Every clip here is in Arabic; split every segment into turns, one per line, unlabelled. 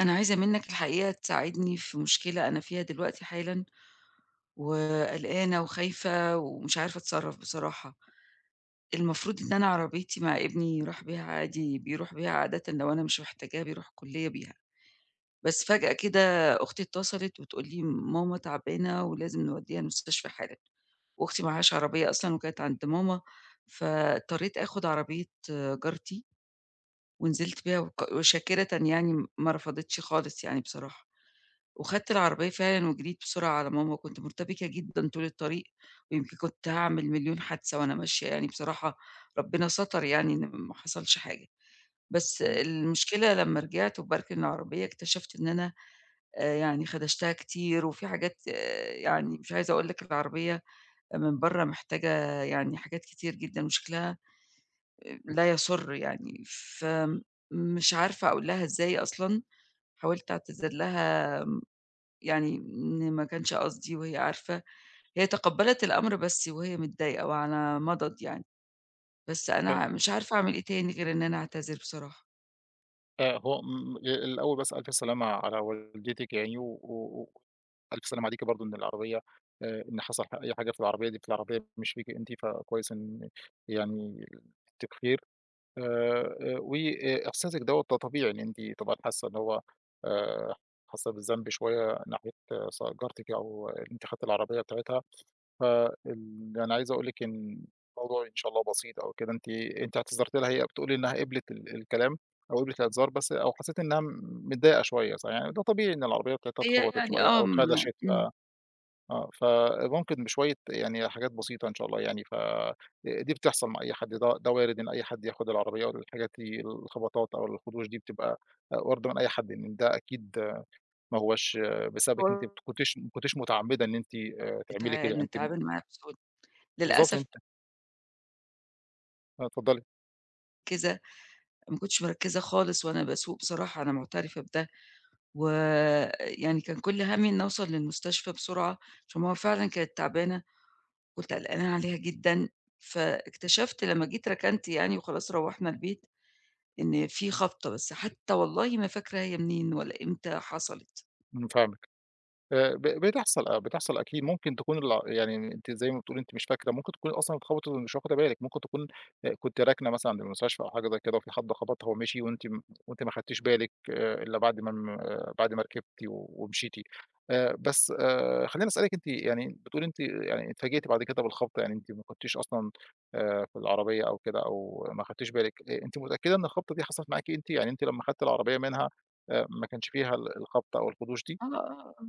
أنا عايزة منّك الحقيقة تساعدني في مشكلة أنا فيها دلوقتي حالًا، وقلقانة وخايفة ومش عارفة أتصرّف بصراحة. المفروض إن أنا عربيتي مع ابني يروح بيها عادي، بيروح بيها عادةً لو أنا مش محتاجاها بيروح الكلية بيها، بس فجأة كده أختي اتصلت وتقول لي: "ماما تعبانة ولازم نودّيها المستشفى حالًا." وأختي معهاش عربية أصلًا وكانت عند ماما، فاضطريت آخُد عربية جارتي ونزلت بيها وشاكرةً يعني ما رفضتش خالص يعني بصراحة. وخدت العربية فعلًا وجريت بسرعة على ماما، كنت مرتبكة جدًا طول الطريق، ويمكن كنت هاعمل مليون حادثة وأنا ماشية يعني بصراحة ربنا ستر يعني إن ما حصلش حاجة، بس
إمم.
المشكلة لمّا رجعت وباركن العربية اكتشفت إن أنا يعني خدشتها كتير، وفي حاجات يعني مش عايزة أقول لك العربية من برّه محتاجة يعني حاجات كتير جدًا وشكلها لا يَسُر يعني، فمش عارفة أقول لها إزاي أصلًا، حاولت أعتذر لها يعني إن ما كانش قصدي وهي عارفة، هي تقبّلت الأمر بس وهي متضايقة وعلى مضض يعني، بس
آآ
أنا مش عارفة أعمل إيه تاني غير إن أنا أعتذر بصراحة.
هو م الأول بس ألف سلامة على والدتِك يعني و و وألف سلامة عليكِ برضه إن العربية إن حصل أي حاجة في العربية دي، في العربية مش فيكِ أنتِ، فكويس إن يعني أنتِ بخير. وإحساسِك دوّة ده طبيعي، إن أنتِ طبعًا حاسة إن هو آآ حاسة بالذنب شوية، ناحية سواء جارتِك أو إن أنتِ خدتِ العربية بتاعتها. فال يعني عايز أقول لِك إن الموضوع إن شاء الله بسيط أو كده، أنتِ اعتذرتِ لها، هي بتقول إنها قبلت الكلام أو قبلت الاعتذار بس، أو حسيتِ إنها متضايقة شوية، صح، يعني ده طبيعي إن العربية بتاعتها
هي
اتخبطت
يعني
شوية أو
ما
اتخدشت. ف آه، فممكن بشوية يعني حاجات بسيطة إن شاء الله يعني. دي بتحصل مع أي حد، ده وارد إن أي حد ياخد العربية، والحاجات دي الخبطات أو الخدوش دي بتبقى واردة من أي حد، إن ده أكيد ما هوّاش بسببِك، أنتِ ما كنتيش متعمدة إن أنتِ تعملي كده، يعني أنتِ.
نتعامل معاها بسهولة.
بالضبط،
للأسف
أنتِ. آه، اتفضلي.
كده ما كنتش مركّزة خالص وأنا باسوق بصراحة، أنا معترفة بده، ويعني كان كل هَمّي إن أوصل للمستشفى بسرعة، عشان ماما فعلًا كانت تعبانة، كنت قلقانة عليها جدًا، فاكتشفت لمّا جيت ركنت يعني وخلاص روّحنا البيت إن في خبطة، بس حتى والله ما فاكرة هي منين ولا إمتى حصلت.
إمم، فاهمِك. ب بتحصل، آه، بتحصل أكيد، ممكن تكون يعني أنتِ زي ما بتقولي، أنتِ مش فاكرة، ممكن تكوني أصلًا اتخبطِت ومش واخدة بالِك، ممكن تكون، كنتِ راكنة مثلًا عند المستشفى أو حاجة زي كده، وفي حد خبطها ومشي، وأنتِ ما خدتيش بالِك إلا بعد ما م آه، بعد ما ركبتِ ومشيتِ. بس خلّيني أسألِك. أنتِ يعني بتقولي أنتِ يعني اتفاجئتِ بعد كده بالخبطة، يعني أنتِ ما كنتيش أصلًا في العربية أو كده، أو ما خدتيش بالِك. أنتِ متأكدة إن الخبطة دي حصلت معاكِ أنتِ؟ يعني أنتِ لمّا خدتِ العربية منها، ما كانش فيها الخبطة أو الخدوش دي؟
آه، آه، آه.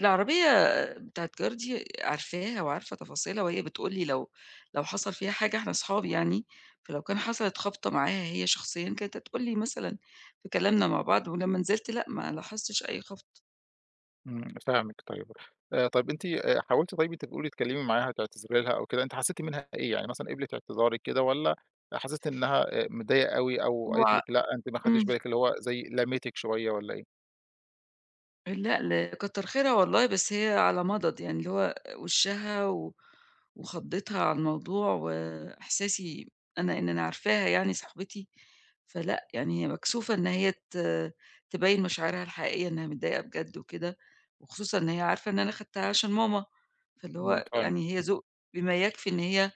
العربية بتاعة جارتي عارفاها وعارفة تفاصيلها، وهي بتقول لي لو حصل فيها حاجة إحنا أصحاب يعني، فلو كان حصلت خبطة معاها هي شخصيًا كانت هتقول لي مثلًا في كلامنا مع بعض، ولمّا نزلت لأ، ما لاحظتش أي خبطة.
إمم، فاهمِك. طيب، طيب أنتِ حاولتِ طيب أنتِ بتقولي تكلمي معاها، تعتذري لها أو كده، أنتِ حسّيتِ منها إيه؟ يعني مثلًا قبلِت اعتذارِك كده، والّا حسّيتِ إنها متضايقة أوي، أو قالت
هو
لِك لأ أنتِ ما خدتيش
إمم.
بالِك، اللي هو زي لَمِتِك شوية، والّا إيه؟
لأ، كتّر خيرها والله، بس هي على مَضَض، يعني اللي هو وشّها و وخضّتها على الموضوع وإحساسي أنا إن أنا عارفاها يعني صاحبتي، فلأ، يعني هي مكسوفة إن هي تبيّن مشاعرها الحقيقية إنها متضايقة بجد وكده، وخصوصًا إن هي عارفة إن أنا خدتها عشان ماما، فاللي
إمم،
هو
فاهمِك.
يعني هي ذوق بما يكفي إن هي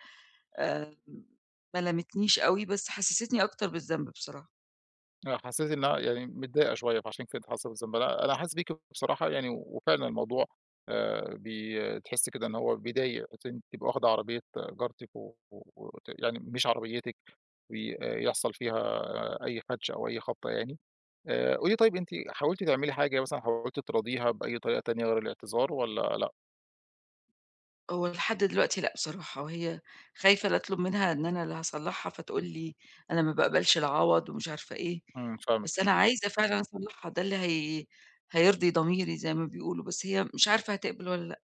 آآ ما لامتنيش أوي، بس حسّستني أكتر بالذنب بصراحة.
آه، حسّيتِ إنها يعني متضايقة شوية، فعشان كده أنتِ حاسّة بالذنب. أنا حاسس بيكِ بصراحة، يعني وفعلًا الموضوع بي تحسّي كده إن هو بيضايق، أنتِ تبقي واخدة عربية جارتِك و يعني مش عربيتِك، ويحصل فيها أي خدش أو أي خبطة يعني. قولي، طيب أنتِ حاولتِ تعملي حاجة مثلًا، حاولتِ تراضيها بأي طريقة تانية غير الاعتذار والّا لأ؟
هو لحد دلوقتي لأ بصراحة، وهي خايفة لا أطلب منها إن أنا اللي هاصلّحها فتقول لي أنا ما باقبلش العوض ومش عارفة إيه،
إمم. ف
بس أنا عايزة فعلًا أصلّحها ده اللي هي هيرضي ضميري زي ما بيقولوا، بس هي مش عارفة هتقبل والّا لأ.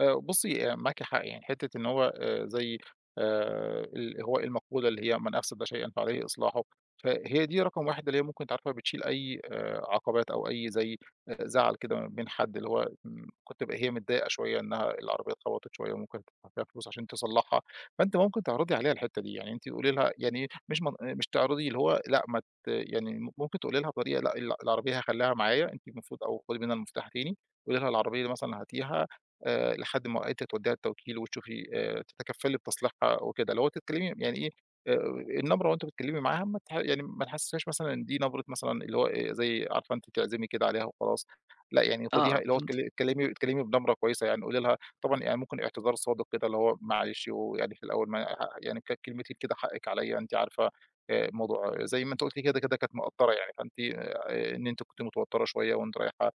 بُصّي. معاكِ حق، يعني حتّة إن هو زي ال هو إيه المقولة اللي هي: "من أفسد شيئًا فعليه إصلاحه." فهي دي رقم 1 اللي هي ممكن أنتِ عارفة بتشيل أي عقبات، أو أي زي زعل كده ما بين حد، اللي هو ممكن تبقى هي متضايقة شوية إنها العربية اتخبطت شوية، وممكن تدفع فيها فلوس عشان تصلّحها. فأنتِ ممكن تعرضي عليها الحتّة دي، يعني أنتِ قولي لها، يعني مش من آه، مش تعرضي اللي هو لأ ما ت يعني ممكن تقولي لها بطريقة لأ، العربية هاخلّيها معايا، أنتِ المفروض، أو خدي منها المفتاح تاني، قولي لها: "العربية دي مثلًا هاتيها" لحد ما أنتِ تودّيها التوكيل، وتشوفي تتكفّلي بتصليحها وكده، اللي هو تتكلّمي يعني إيه، آآ النبرة وأنتِ بتتكلّمي معاها ما تح يعني ما تحسّسهاش مثلًا إن دي نبرة مثلًا اللي هو زي عارفة أنتِ بتعزمي كده عليها وخلاص، لأ يعني
آه،
خُديها،
آه
اللي هو
فهمتك،
اتكلّمي بنبرة كويسة، يعني قولي لها طبعًا، يعني ممكن اعتذار صادق كده، اللي هو معلش، ويعني في الأول ما ح يعني كانت كلمتي كده، حقِّك عليّا، أنتِ عارفة الموضوع زي ما أنتِ قُلتِ لي كده، كده كانت مقطّرة يعني، فأنتِ إن أنتِ كنتِ متوتّرة شوية، وأنتِ رايحة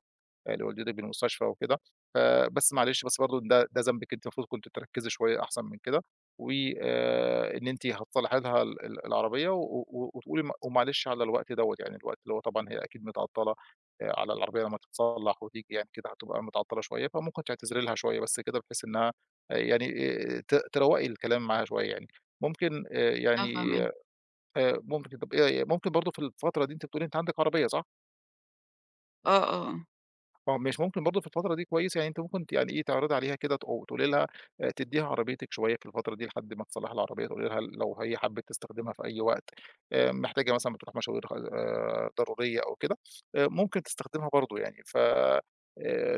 لوالدتِك بالمستشفى وكده، فبس معلش، بس برضه ده ذنبِك، أنتِ المفروض كنتِ تركّزي شوية أحسن من كده. وآآ إن أنتِ هتصلّحي لها ال العربية، و و وتقولي ومعلش على الوقت دوّة، يعني الوقت اللي هو طبعًا هي أكيد متعطّلة على العربية، لمّا تتصلّح وتيجي يعني كده هتبقى متعطّلة شوية، فممكن تعتذري لها شوية بس كده، بحيث إنها يعني ت تروّقي الكلام معاها شوية يعني. ممكن آآ
آه
يعني
فاهماك.
ممكن طَب إيه، ممكن برضه في الفترة دي، أنتِ بتقولي أنتِ عندِك عربية صح؟
آه، آه.
آه، ماشي. ممكن برضه في الفترة دي كويس، يعني أنتِ ممكن يعني إيه، تعرضي عليها كده، تقولي لها تدّيها عربيتِك شوية في الفترة دي، لحد ما تصلّحي العربية، تقولي لها لو هي حبّت تستخدمها في أي وقت، محتاجة مثلًا بتروح مشاوير ضرورية أو كده، ممكن تستخدمها برضه يعني. ف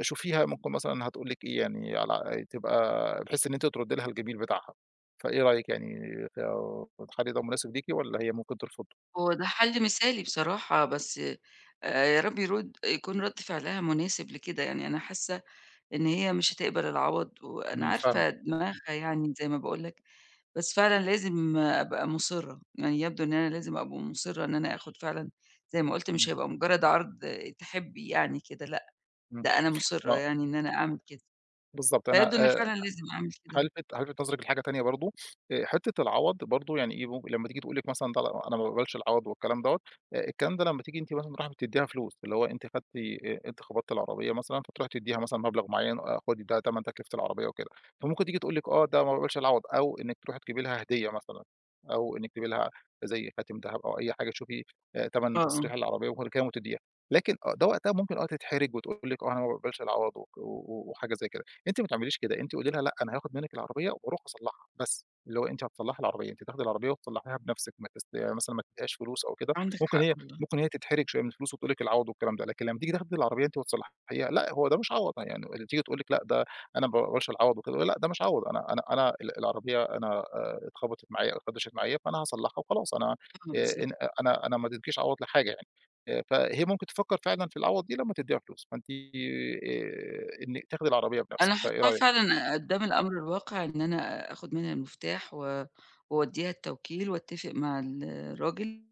شوفيها ممكن مثلًا هتقول لِك إيه، يعني على تبقى بحيث إن أنتِ تردّي لها الجميل بتاعها، فإيه رأيك يعني، الحل ده مناسب ليكِ والّا هي ممكن ترفضه؟
هو ده حل مثالي بصراحة، بس يا رب يكون رَد فعلها مناسب لكده، يعني أنا حاسة إن هي مش هتقبل العوض وأنا
إمم، فاهمِك.
عارفة دماغها يعني زي ما باقول لك. بس فعلًا لازم أبقى مُصِرّة، يعني يبدو إن أنا لازم أبقى مُصِرّة إن أنا آخُد فعلًا زي ما قُلت مش
إمم.
هيبقى مجرّد عرض تحبّي يعني كده لأ،
إمم.
ده أنا مُصِرّة
آه،
يعني إن أنا أعمل كده،
بالضبط. أنا
فيبدو إن فعلًا لازم أعمل كده.
هالفت نظرِك لحاجة تانية برضه. حتّة العوض برضه يعني إيه، ممكن لمّا تيجي تقول لِك مثلًا: "ده لا، أنا ما باقبلش العوض والكلام دوّة". الكلام ده لمّا تيجي أنتِ مثلًا رايحة بتدّيها فلوس، اللي هو أنتِ خبطتِ العربية مثلًا، فتروحي تدّيها مثلًا مبلغ معيّن، خدي ده تمن تكلفة العربية وكده، فممكن تيجي تقول لِك: "آه، ده ما باقبلش العوض"، أو إنِّك تروحي تجيبي لها هدية مثلًا، أو إنِّك تجيبي لها زي خاتم دهب أو أي حاجة تشوفي تمن
آه، آه،
تصريح العربية وكل كلام وتدّيها، لكن ده وقتها ممكن تتحرج وتقول لِك: "آه، أنا ما باقبلش العوض" وك و و وحاجة زي كده. أنتِ ما تعمليش كده، أنتِ قولي لها: "لأ، أنا هاخد منِّك العربية وأروح أصلّحها بس"، اللي هو أنتِ هتصلّحي العربية، أنتِ تاخدي العربية وتصلّحيها بنفسِك، ما تست مثلًا ما تدّيهاش فلوس أو كده.
عندِك
ممكن
حق
هي،
والله،
ممكن هي تتحرج شوية من الفلوس وتقول لِك العوض والكلام ده، لكن لمّا تيجي تاخدي العربية أنتِ وتصلّحيها، لأ هو ده مش عوض، يعني اللي تيجي تقول لِك: "لأ ده أنا ما باقبلش العوض وكده"، لأ ده مش عوض، أنا العربية، أنا اتخبطت معايا أو اتخدشت معايا، فأنا هاصلّحها وخلاص. أنا
آه بالضبط.
إن أنا ما اديتكيش عوض لحاجة يعني. فهي ممكن تفكّر فعلًا في العوض دي لمّا تدّيها فلوس، فأنتِ إنِّك تاخدي العربية بنَفْسِك.
أنا
فإيه
هاحُطّها
رأيك؟
فعلًا قدّام الأمر الواقع إن أنا آخُد منها المفتاح وأودّيها التوكيل وأتّفق مع الراجل،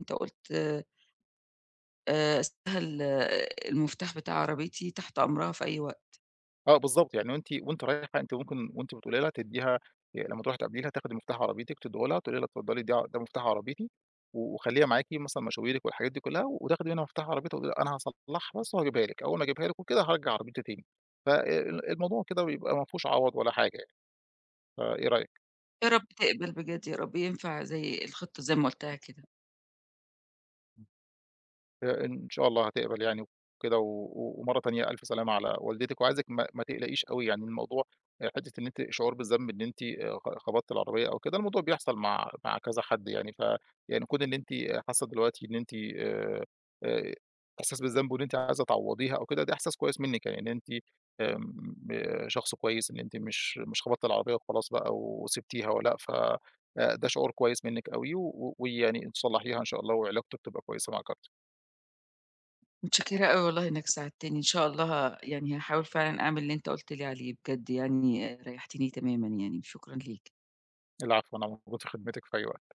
أنت قُلت أسيب لها المفتاح بتاع عربيتي تحت أمرها في أي وقت.
آه، بالضبط. يعني وأنتِ رايحة، أنتِ ممكن وأنتِ بتقولي لها تدّيها، لمّا تروحي تقابليها، تاخدي مفتاح عربيتِك تدّيه لها، تقولي لها: "اتفضّلي، ده مفتاح عربيتي" و وخلّيها معاكِ مثلًا مشاويرِك والحاجات دي كُلّها، وتاخدي منها مفتاح عربيتها وتقولي لها: "أنا هاصلّحها بس وهاجيبها لِك، أول ما أجيبها لِك وكده هارجّع عربيتي تاني". ف ال الموضوع كده بيبقى ما فيهوش عَوَض ولا حاجة يعني. فإيه رأيك؟
يا رب تقبل بجد يا رب، ينفع زي الخطة زي ما قُلتها كده.
إن شاء الله هتقبل يعني وكده. و و ومرّة تانية ألف سلامة على والدتِك، وعايزِك ما تقلقيش أوي، يعني الموضوع حتّة إن أنتِ شعور بالذنب إن أنتِ خ خبطتِ العربية أو كده، الموضوع بيحصل مع كذا حد يعني. يعني كون إن أنتِ حاسّة دلوقتي إن أنتِ آآ إحساس بالذنب، وإن أنتِ عايزة تعوّضيها أو كده، ده إحساس كويس منِّك، يعني إن أنتِ آمم شخص كويس، إن أنتِ مش خبطتِ العربية وخلاص بقى وسِبتيها، ولأ. ف ده شعور كويس منِّك أوي، و و- ويعني تصلّحيها إن شاء الله، وعلاقتِك تبقى كويسة مع
متشكرة أوي والله إنك ساعدتني، إن شاء الله يعني هاحاول فعلًا أعمل اللي أنت قُلت لي عليه بجد يعني آه، ريحتني تمامًا يعني، شكرًا ليك.
العفو، أنا موجود في خدمتِك في أي وقت.